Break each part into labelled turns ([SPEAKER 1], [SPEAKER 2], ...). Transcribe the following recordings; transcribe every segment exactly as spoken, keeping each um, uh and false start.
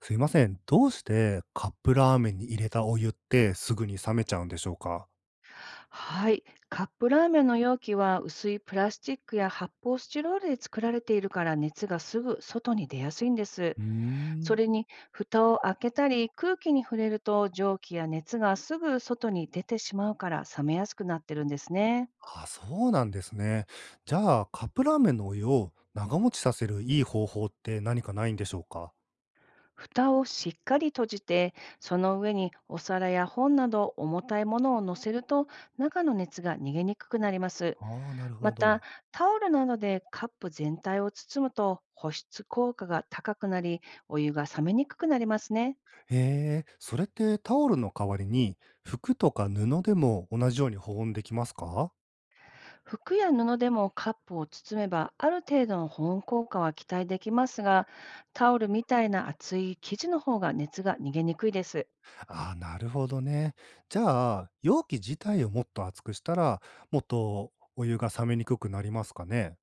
[SPEAKER 1] すいません、どうしてカップラーメンに入れたお湯ってすぐに冷めちゃうんでしょうか？
[SPEAKER 2] はい、カップラーメンの容器は薄いプラスチックや発泡スチロールで作られているから熱がすぐ外に出やすいんです。
[SPEAKER 1] うー
[SPEAKER 2] そ
[SPEAKER 1] ん。
[SPEAKER 2] れに蓋を開けたり空気に触れると蒸気や熱がすぐ外に出てしまうから冷めやすくなってるんですね。
[SPEAKER 1] あ、そうなんですね。じゃあ、カップラーメンのお湯を長持ちさせるいい方法って何かないんでしょうか？
[SPEAKER 2] 蓋をしっかり閉じて、その上にお皿や本など重たいものを乗せると中の熱が逃げにくくなります。
[SPEAKER 1] ああ、なる
[SPEAKER 2] ま
[SPEAKER 1] ほ
[SPEAKER 2] た、
[SPEAKER 1] ど。
[SPEAKER 2] タオルなどでカップ全体を包むと保湿効果が高くなり、お湯が冷めにくくなりますね。
[SPEAKER 1] へえ、それってタオルの代わりに、服とか布でも同じように保温できますか？
[SPEAKER 2] 服や布でもカップを包めば、ある程度の保温効果は期待できますが、タオルみたいな厚い生地の方が熱が逃げにくいです。
[SPEAKER 1] ああ、なるほどね。じゃあ、容器自体をもっと熱くしたら、もっとお湯が冷めにくくなりますかね？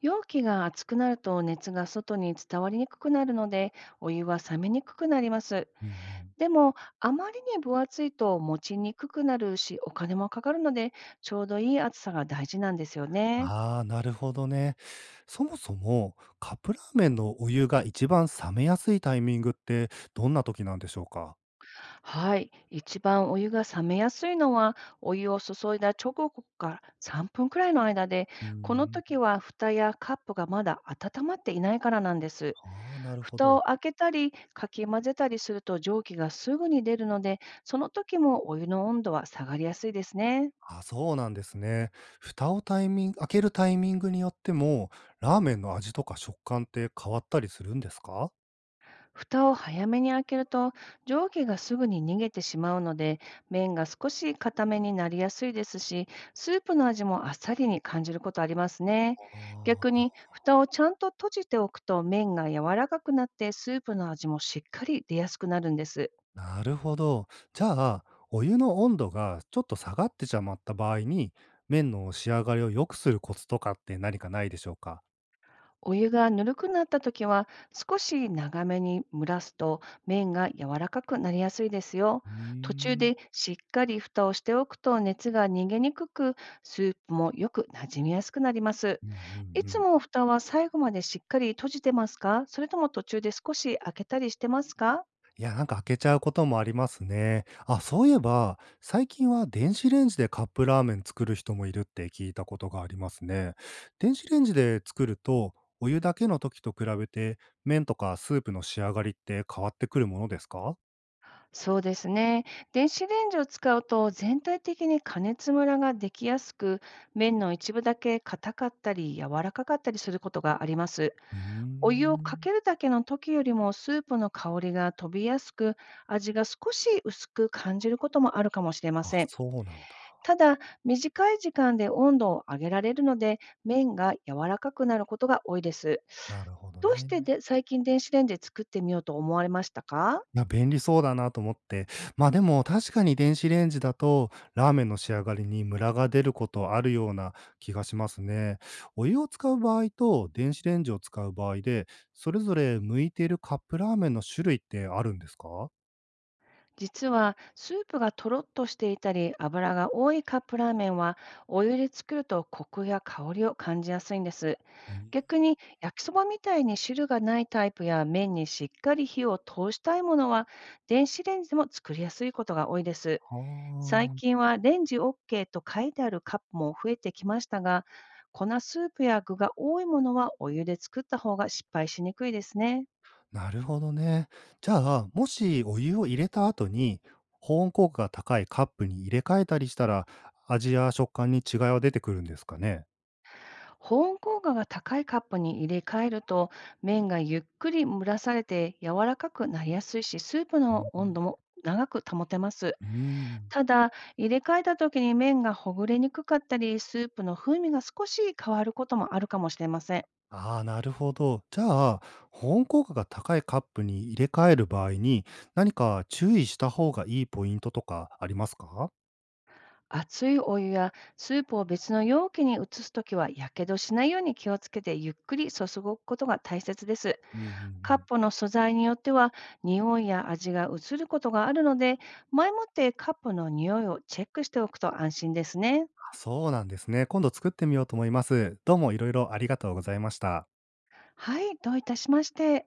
[SPEAKER 2] 容器が熱くなると熱が外に伝わりにくくなるので、お湯は冷めにくくなります。
[SPEAKER 1] うんうん。
[SPEAKER 2] でも、あまりに分厚いと持ちにくくなるし、お金もかかるので、ちょうどいい厚さが大事なんですよね。
[SPEAKER 1] ああ、なるほどね。そもそも、カップラーメンのお湯が一番冷めやすいタイミングって、どんな時なんでしょうか？
[SPEAKER 2] はい。一番お湯が冷めやすいのは、お湯を注いだ直後からさんぷんくらいの間で、
[SPEAKER 1] うー
[SPEAKER 2] この
[SPEAKER 1] ん。
[SPEAKER 2] 時は蓋やカップがまだ温まっていないからなんです。
[SPEAKER 1] ああ、なるほ
[SPEAKER 2] 蓋を
[SPEAKER 1] ど。
[SPEAKER 2] 開けたり、かき混ぜたりすると蒸気がすぐに出るので、その時もお湯の温度は下がりやすいですね。
[SPEAKER 1] あ、そうなんですね。蓋をタイミング開けるタイミングによっても、ラーメンの味とか食感って変わったりするんですか？
[SPEAKER 2] 蓋を早めに開けると蒸気がすぐに逃げてしまうので、麺が少し固めになりやすいですし、スープの味もあっさりに感じることありますね。
[SPEAKER 1] あ
[SPEAKER 2] 逆に
[SPEAKER 1] あ、
[SPEAKER 2] 蓋をちゃんと閉じておくと麺が柔らかくなってスープの味もしっかり出やすくなるんです。
[SPEAKER 1] なるほど。じゃあ、お湯の温度がちょっと下がってしまった場合に、麺の仕上がりを良くするコツとかって何かないでしょうか？
[SPEAKER 2] お湯がぬるくなった時は少し長めに蒸らすと麺が柔らかくなりやすいですよ。
[SPEAKER 1] う
[SPEAKER 2] 途中
[SPEAKER 1] ーん。
[SPEAKER 2] でしっかり蓋をしておくと熱が逃げにくく、スープもよくなじみやすくなります。
[SPEAKER 1] うんう
[SPEAKER 2] い
[SPEAKER 1] んう
[SPEAKER 2] つ
[SPEAKER 1] ん。
[SPEAKER 2] も蓋は最後までしっかり閉じてますか、それとも途中で少し開けたりしてますか？
[SPEAKER 1] いや、なんか開けちゃうこともありますね。あ、そういえば、最近は電子レンジでカップラーメン作る人もいるって聞いたことがありますね。電子レンジで作ると、お湯だけの時と比べて、麺とかスープの仕上がりって変わってくるものですか。
[SPEAKER 2] そうですね。電子レンジを使うと全体的に加熱ムラができやすく、麺の一部だけ硬かったり柔らかかったりすることがあります。
[SPEAKER 1] うー
[SPEAKER 2] お湯をか
[SPEAKER 1] ん。
[SPEAKER 2] けるだけの時よりもスープの香りが飛びやすく、味が少し薄く感じることもあるかもしれま
[SPEAKER 1] あ、
[SPEAKER 2] せん。
[SPEAKER 1] そうなんだ。
[SPEAKER 2] ただ、短い時間で温度を上げられるので、麺が柔らかくなることが多いです。
[SPEAKER 1] なるほど
[SPEAKER 2] どうして
[SPEAKER 1] ね。
[SPEAKER 2] で最近電子レンジで作ってみようと思われましたか？
[SPEAKER 1] な、便利そうだなと思って。ま、あでも確かに電子レンジだと、ラーメンの仕上がりにムラが出ることあるような気がしますね。お湯を使う場合と電子レンジを使う場合で、それぞれ向いているカップラーメンの種類ってあるんですか？
[SPEAKER 2] 実はスープがとろっとしていたり油が多いカップラーメンはお湯で作るとコクや香りを感じやすいんです。
[SPEAKER 1] うん。
[SPEAKER 2] 逆に焼きそばみたいに汁がないタイプや麺にしっかり火を通したいものは電子レンジでも作りやすいことが多いです。
[SPEAKER 1] は
[SPEAKER 2] 最
[SPEAKER 1] あ、
[SPEAKER 2] 近はレンジ オーケー と書いてあるカップも増えてきましたが、粉スープや具が多いものはお湯で作った方が失敗しにくいですね。
[SPEAKER 1] なるほどね。じゃあ、もしお湯を入れた後に、保温効果が高いカップに入れ替えたりしたら、味や食感に違いは出てくるんですかね？
[SPEAKER 2] 保温効果が高いカップに入れ替えると麺がゆっくり蒸らされて柔らかくなりやすいし、スープ
[SPEAKER 1] う
[SPEAKER 2] の
[SPEAKER 1] ん
[SPEAKER 2] 温度
[SPEAKER 1] う
[SPEAKER 2] も長く保てます。
[SPEAKER 1] うーん。
[SPEAKER 2] ただ、入れ替えた時に麺がほぐれにくかったりスープの風味が少し変わることもあるかもしれません。
[SPEAKER 1] ああ、なるほど。じゃあ、保温効果が高いカップに入れ替える場合に、何か注意した方がいいポイントとかありますか？
[SPEAKER 2] 熱いお湯やスープを別の容器に移すときはやけどしないように気をつけてゆっくり注ぐことが大切です。
[SPEAKER 1] うんうんう
[SPEAKER 2] カッ
[SPEAKER 1] ん。
[SPEAKER 2] プの素材によっては匂いや味が移ることがあるので、前もってカップの匂いをチェックしておくと安心ですね。
[SPEAKER 1] あ、そうなんですね。今度作ってみようと思います。どうもいろいろありがとうございました。
[SPEAKER 2] はい、どういたしまして。